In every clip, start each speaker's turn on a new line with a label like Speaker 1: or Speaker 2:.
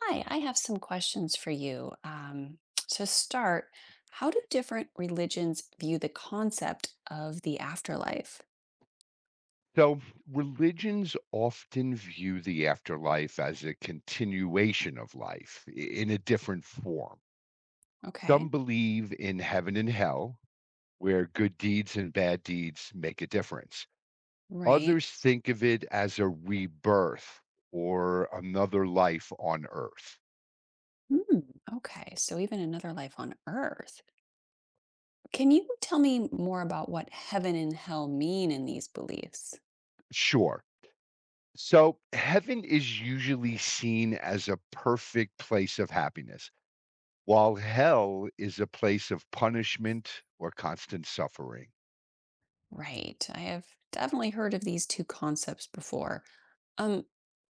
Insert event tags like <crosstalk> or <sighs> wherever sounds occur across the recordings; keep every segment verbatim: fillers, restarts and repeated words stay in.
Speaker 1: Hi, I have some questions for you. Um, so to start, how do different religions view the concept of the afterlife?
Speaker 2: So, religions often view the afterlife as a continuation of life i- in a different form.
Speaker 1: Okay,
Speaker 2: Some believe in heaven and hell, where good deeds and bad deeds make a difference.
Speaker 1: right.
Speaker 2: Others think of it as a rebirth or another life on earth.
Speaker 1: Hmm, okay, so even another life on earth. Can you tell me more about what heaven and hell mean in these beliefs?
Speaker 2: Sure. So, heaven is usually seen as a perfect place of happiness, while hell is a place of punishment or constant suffering.
Speaker 1: Right, I have definitely heard of these two concepts before. Um,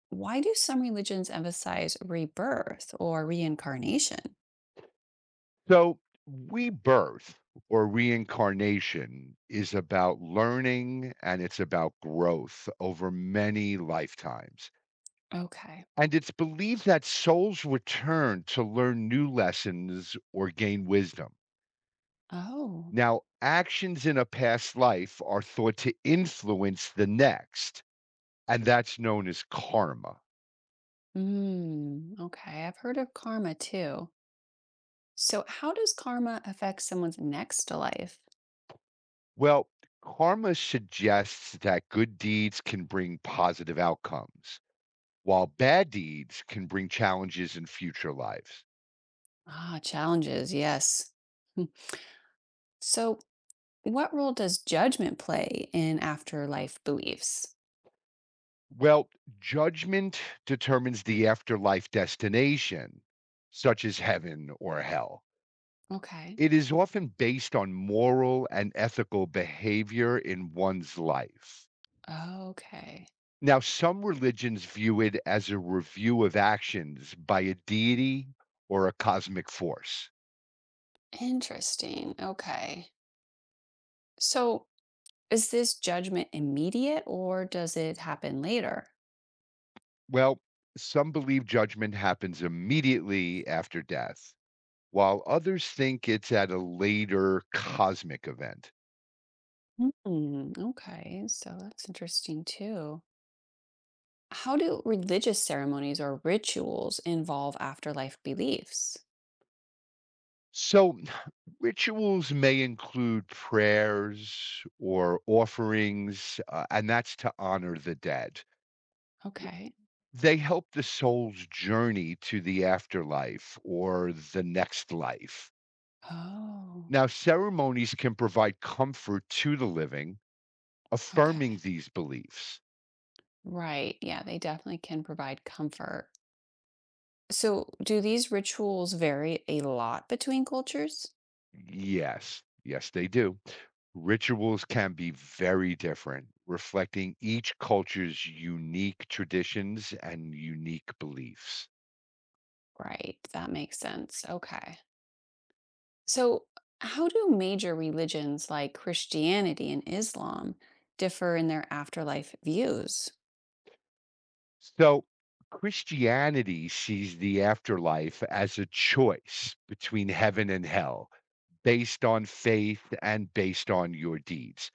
Speaker 1: why do some religions emphasize rebirth or reincarnation?
Speaker 2: So, rebirth or reincarnation is about learning and it's about growth over many lifetimes.
Speaker 1: Okay.
Speaker 2: And it's believed that souls return to learn new lessons or gain wisdom.
Speaker 1: Oh,
Speaker 2: Now, actions in a past life are thought to influence the next, and that's known as karma.
Speaker 1: mm, okay, I've heard of karma too. So, how does karma affect someone's next life?
Speaker 2: Well, karma suggests that good deeds can bring positive outcomes while bad deeds can bring challenges in future lives.
Speaker 1: Ah, challenges, yes. Hmm. So, what role does judgment play in afterlife beliefs?
Speaker 2: Well, judgment determines the afterlife destination, such as heaven or hell.
Speaker 1: Okay,
Speaker 2: It is often based on moral and ethical behavior in one's life.
Speaker 1: okay,
Speaker 2: Now, some religions view it as a review of actions by a deity or a cosmic force.
Speaker 1: interesting. Okay, so is this judgment immediate or does it happen later?
Speaker 2: Well, some believe judgment happens immediately after death while others think it's at a later cosmic event.
Speaker 1: Hmm, okay, so that's interesting too. How do religious ceremonies or rituals involve afterlife beliefs?
Speaker 2: So, <sighs> rituals may include prayers or offerings, uh, and that's to honor the dead.
Speaker 1: Okay.
Speaker 2: They help the soul's journey to the afterlife or the next life.
Speaker 1: Oh,
Speaker 2: Now, ceremonies can provide comfort to the living,
Speaker 1: okay.
Speaker 2: affirming these beliefs.
Speaker 1: Right. Yeah, they definitely can provide comfort. So, do these rituals vary a lot between cultures?
Speaker 2: Yes, yes, they do. Rituals can be very different, reflecting each culture's unique traditions and unique beliefs.
Speaker 1: Right. That makes sense. Okay. So, how do major religions like Christianity and Islam differ in their afterlife views?
Speaker 2: So, Christianity sees the afterlife as a choice between heaven and hell, based on faith and based on your deeds.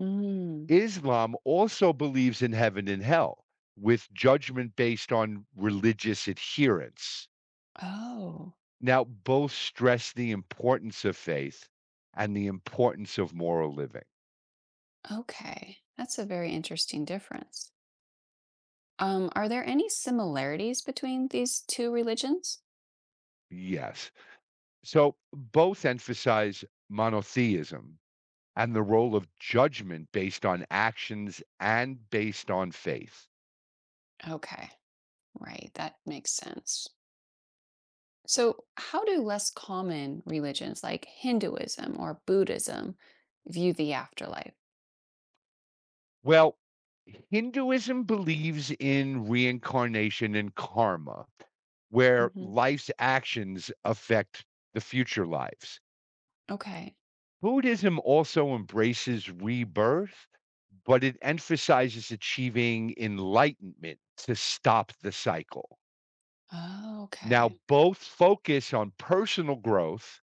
Speaker 1: Mm.
Speaker 2: Islam also believes in heaven and hell, with judgment based on religious adherence.
Speaker 1: Oh,
Speaker 2: Now, both stress the importance of faith and the importance of moral living.
Speaker 1: okay. That's a very interesting difference. Um, are there any similarities between these two religions?
Speaker 2: Yes. So, both emphasize monotheism and the role of judgment based on actions and based on faith.
Speaker 1: Okay, right, that makes sense. So, how do less common religions like Hinduism or Buddhism view the afterlife?
Speaker 2: Well, Hinduism believes in reincarnation and karma, where
Speaker 1: Hmm.
Speaker 2: life's actions affect the future lives.
Speaker 1: Okay.
Speaker 2: Buddhism also embraces rebirth, but it emphasizes achieving enlightenment to stop the cycle.
Speaker 1: Oh,
Speaker 2: Now,
Speaker 1: okay.
Speaker 2: both focus on personal growth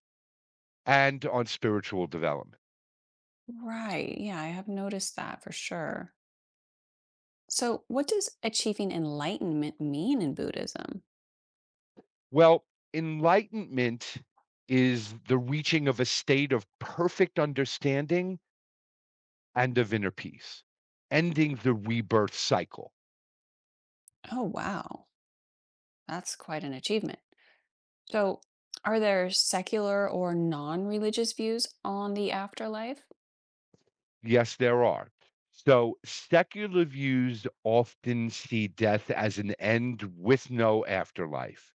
Speaker 2: and on spiritual development.
Speaker 1: Right. Yeah, I have noticed that for sure. So, what does achieving enlightenment mean in Buddhism?
Speaker 2: Well, enlightenment is the reaching of a state of perfect understanding and of inner peace, ending the rebirth cycle.
Speaker 1: Oh, wow. That's quite an achievement. So, are there secular or non-religious views on the afterlife?
Speaker 2: Yes, there are. So secular views often see death as an end with no afterlife.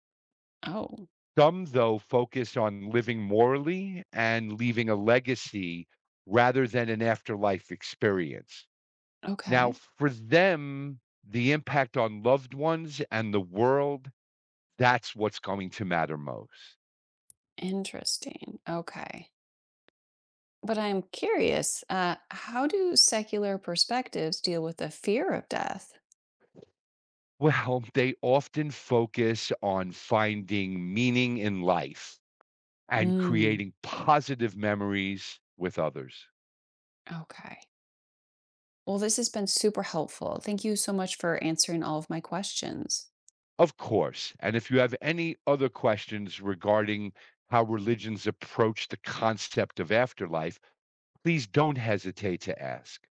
Speaker 1: Oh,
Speaker 2: Some, though, focus on living morally and leaving a legacy rather than an afterlife experience. Now,
Speaker 1: okay.
Speaker 2: for them, the impact on loved ones and the world, that's what's going to matter most.
Speaker 1: Interesting. Okay. But I'm curious, uh, how do secular perspectives deal with the fear of death?
Speaker 2: Well, they often focus on finding meaning in life and
Speaker 1: Mm,
Speaker 2: creating positive memories with others.
Speaker 1: okay. Well, this has been super helpful. Thank you so much for answering all of my questions.
Speaker 2: Of course. And if you have any other questions regarding how religions approach the concept of afterlife, please don't hesitate to ask.